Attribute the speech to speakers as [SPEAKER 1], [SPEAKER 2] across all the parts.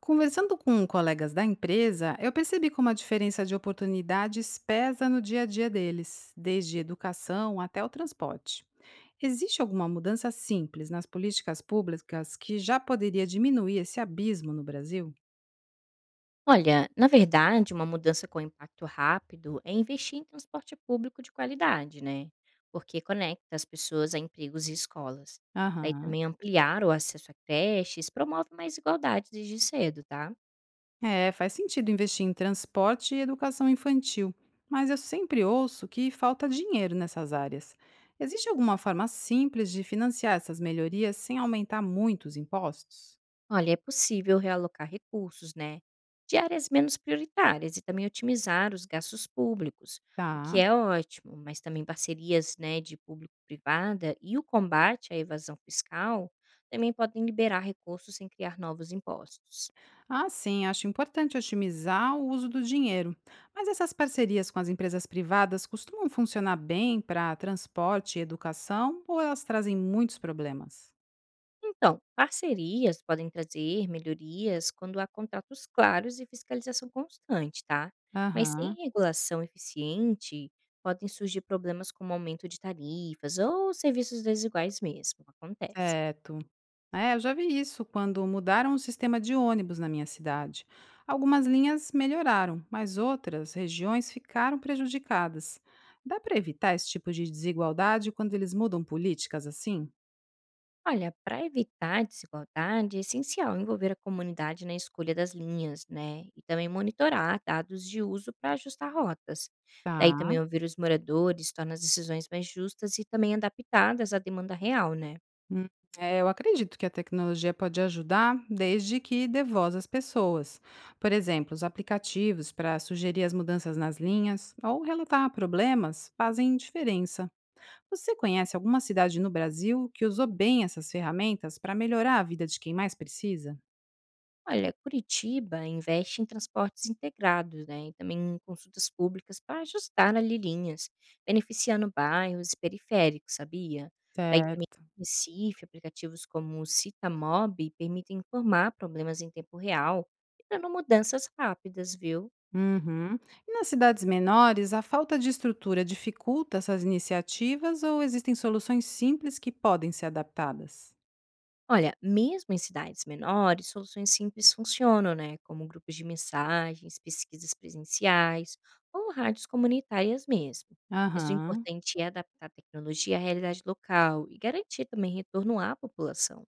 [SPEAKER 1] Conversando com colegas da empresa, eu percebi como a diferença de oportunidades pesa no dia a dia deles, desde educação até o transporte. Existe alguma mudança simples nas políticas públicas que já poderia diminuir esse abismo no Brasil?
[SPEAKER 2] Olha, na verdade, uma mudança com impacto rápido é investir em transporte público de qualidade, né? Porque conecta as pessoas a empregos e escolas. Daí
[SPEAKER 1] Aham.
[SPEAKER 2] também ampliar o acesso a creches promove mais igualdade desde cedo, tá?
[SPEAKER 1] É, faz sentido investir em transporte e educação infantil, mas eu sempre ouço que falta dinheiro nessas áreas. Existe alguma forma simples de financiar essas melhorias sem aumentar muito os impostos?
[SPEAKER 2] Olha, é possível realocar recursos, né, de áreas menos prioritárias e também otimizar os gastos públicos, o que
[SPEAKER 1] Tá.
[SPEAKER 2] é ótimo, mas também parcerias, né, de público-privada e o combate à evasão fiscal também podem liberar recursos sem criar novos impostos.
[SPEAKER 1] Ah, sim, acho importante otimizar o uso do dinheiro. Mas essas parcerias com as empresas privadas costumam funcionar bem para transporte e educação ou elas trazem muitos problemas?
[SPEAKER 2] Então, parcerias podem trazer melhorias quando há contratos claros e fiscalização constante, tá? Mas
[SPEAKER 1] Aham,
[SPEAKER 2] sem regulação eficiente, podem surgir problemas como aumento de tarifas ou serviços desiguais mesmo, acontece.
[SPEAKER 1] certo. É, eu já vi isso quando mudaram o sistema de ônibus na minha cidade. Algumas linhas melhoraram, mas outras regiões ficaram prejudicadas. Dá para evitar esse tipo de desigualdade quando eles mudam políticas assim?
[SPEAKER 2] Olha, para evitar desigualdade, é essencial envolver a comunidade na escolha das linhas, né? E também monitorar dados de uso para ajustar rotas. Daí
[SPEAKER 1] Tá.
[SPEAKER 2] também ouvir os moradores torna as decisões mais justas e também adaptadas à demanda real, né?
[SPEAKER 1] Hum, é, eu acredito que a tecnologia pode ajudar desde que dê voz às pessoas. Por exemplo, os aplicativos para sugerir as mudanças nas linhas ou relatar problemas fazem diferença. Você conhece alguma cidade no Brasil que usou bem essas ferramentas para melhorar a vida de quem mais precisa?
[SPEAKER 2] Olha, Curitiba investe em transportes integrados, né, e também em consultas públicas para ajustar ali linhas, beneficiando bairros e periféricos, sabia? Daí também
[SPEAKER 1] Certo.
[SPEAKER 2] em Recife, aplicativos como o Citamob permitem informar problemas em tempo real, gerando mudanças rápidas, viu?
[SPEAKER 1] Uhum. E nas cidades menores, a falta de estrutura dificulta essas iniciativas ou existem soluções simples que podem ser adaptadas?
[SPEAKER 2] Olha, mesmo em cidades menores, soluções simples funcionam, né? Como grupos de mensagens, pesquisas presenciais ou rádios comunitárias mesmo. Mas o
[SPEAKER 1] Aham.
[SPEAKER 2] importante é adaptar a tecnologia à realidade local e garantir também retorno à população.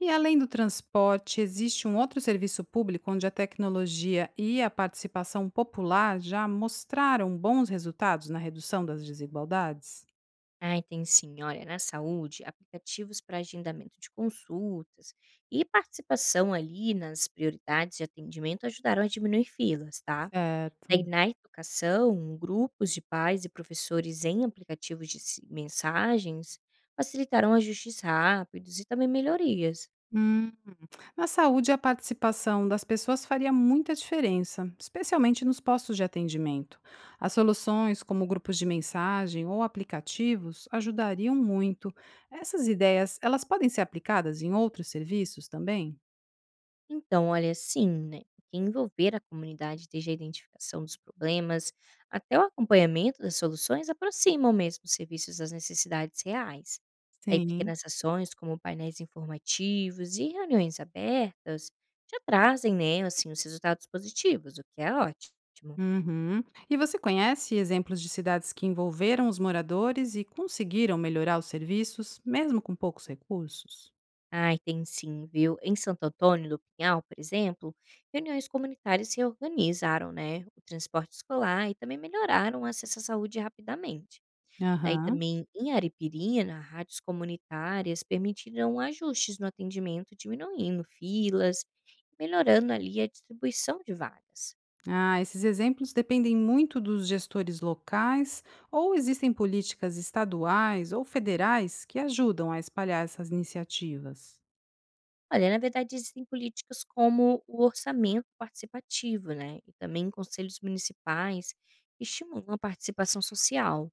[SPEAKER 1] E além do transporte, existe um outro serviço público onde a tecnologia e a participação popular já mostraram bons resultados na redução das desigualdades?
[SPEAKER 2] Ah, tem sim, olha, na saúde, aplicativos para agendamento de consultas e participação ali nas prioridades de atendimento ajudaram a diminuir filas, tá? Daí
[SPEAKER 1] Certo.
[SPEAKER 2] na educação, grupos de pais e professores em aplicativos de se mensagens facilitarão ajustes rápidos e também melhorias.
[SPEAKER 1] Hum. Na saúde, a participação das pessoas faria muita diferença, especialmente nos postos de atendimento. As soluções, como grupos de mensagem ou aplicativos, ajudariam muito. Essas ideias, elas podem ser aplicadas em outros serviços também?
[SPEAKER 2] Então, olha, sim, né, porque envolver a comunidade desde a identificação dos problemas até o acompanhamento das soluções aproximam mesmo os serviços das necessidades reais. Daí
[SPEAKER 1] Sim.
[SPEAKER 2] pequenas ações como painéis informativos e reuniões abertas já trazem, né, assim, os resultados positivos, o que é ótimo.
[SPEAKER 1] Uhum. E você conhece exemplos de cidades que envolveram os moradores e conseguiram melhorar os serviços, mesmo com poucos recursos?
[SPEAKER 2] Ai, tem sim, viu? Em Santo Antônio do Pinhal, por exemplo, reuniões comunitárias se organizaram, né? O transporte escolar e também melhoraram o acesso à saúde rapidamente. Daí
[SPEAKER 1] Aham.
[SPEAKER 2] também em Aripirina, rádios comunitárias permitiram ajustes no atendimento, diminuindo filas, melhorando ali a distribuição de vagas.
[SPEAKER 1] Ah, esses exemplos dependem muito dos gestores locais, ou existem políticas estaduais ou federais que ajudam a espalhar essas iniciativas.
[SPEAKER 2] Olha, na verdade, existem políticas como o orçamento participativo, né? E também conselhos municipais que estimulam a participação social.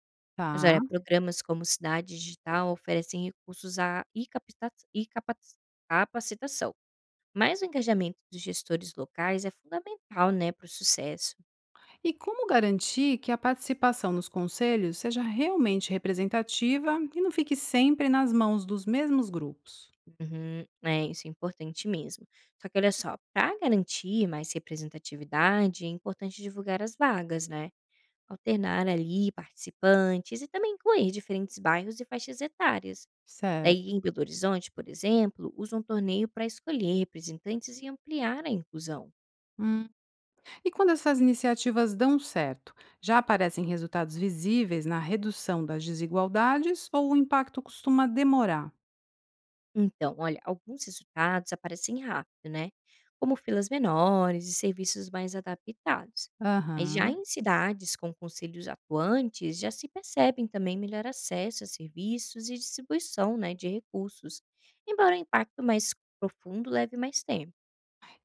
[SPEAKER 2] Mas olha,
[SPEAKER 1] Tá.
[SPEAKER 2] programas como Cidade Digital oferecem recursos a e capacitação. Mas o engajamento dos gestores locais é fundamental, né, para o sucesso.
[SPEAKER 1] E como garantir que a participação nos conselhos seja realmente representativa e não fique sempre nas mãos dos mesmos grupos?
[SPEAKER 2] Uhum, é, isso é importante mesmo. Só que olha só, para garantir mais representatividade, é importante divulgar as vagas, né? Alternar ali participantes e também incluir diferentes bairros e faixas etárias. Daí,
[SPEAKER 1] Certo.
[SPEAKER 2] em Belo Horizonte, por exemplo, usa um torneio para escolher representantes e ampliar a inclusão.
[SPEAKER 1] E quando essas iniciativas dão certo, já aparecem resultados visíveis na redução das desigualdades ou o impacto costuma demorar?
[SPEAKER 2] Então, olha, alguns resultados aparecem rápido, né? Como filas menores e serviços mais adaptados. Mas já
[SPEAKER 1] Aham.
[SPEAKER 2] em cidades com conselhos atuantes, já se percebem também melhor acesso a serviços e distribuição, né, de recursos, embora o impacto mais profundo leve mais tempo.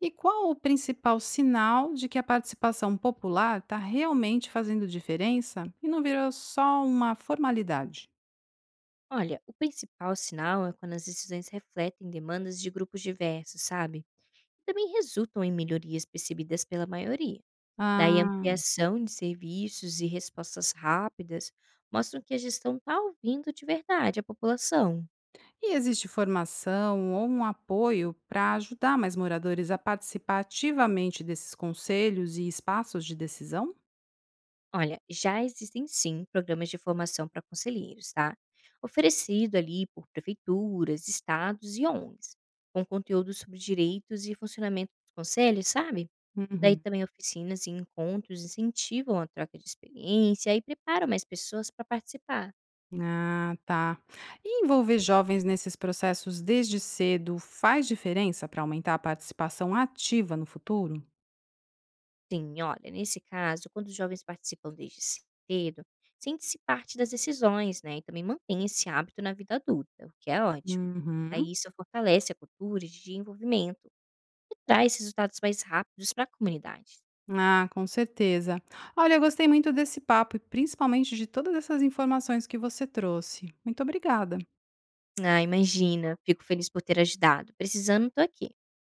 [SPEAKER 1] E qual o principal sinal de que a participação popular está realmente fazendo diferença e não virou só uma formalidade?
[SPEAKER 2] Olha, o principal sinal é quando as decisões refletem demandas de grupos diversos, sabe? E também resultam em melhorias percebidas pela maioria. Daí a
[SPEAKER 1] Ah,
[SPEAKER 2] ampliação de serviços e respostas rápidas mostram que a gestão está ouvindo de verdade a população.
[SPEAKER 1] e existe formação ou um apoio para ajudar mais moradores a participar ativamente desses conselhos e espaços de decisão?
[SPEAKER 2] Olha, já existem sim programas de formação para conselheiros, tá? Oferecido ali por prefeituras, estados e ONGs, com conteúdo sobre direitos e funcionamento dos conselhos, sabe? Daí
[SPEAKER 1] Uhum.
[SPEAKER 2] também oficinas e encontros incentivam a troca de experiência e preparam mais pessoas para participar.
[SPEAKER 1] Ah, tá. E envolver jovens nesses processos desde cedo faz diferença para aumentar a participação ativa no futuro?
[SPEAKER 2] Sim, olha, nesse caso, quando os jovens participam desde cedo, sente-se parte das decisões, né? E também mantém esse hábito na vida adulta, o que é ótimo. Daí
[SPEAKER 1] Uhum.
[SPEAKER 2] isso fortalece a cultura de envolvimento e traz resultados mais rápidos para a comunidade.
[SPEAKER 1] Ah, com certeza. Olha, eu gostei muito desse papo e principalmente de todas essas informações que você trouxe. Muito obrigada.
[SPEAKER 2] Ah, imagina, fico feliz por ter ajudado. Precisando, tô aqui.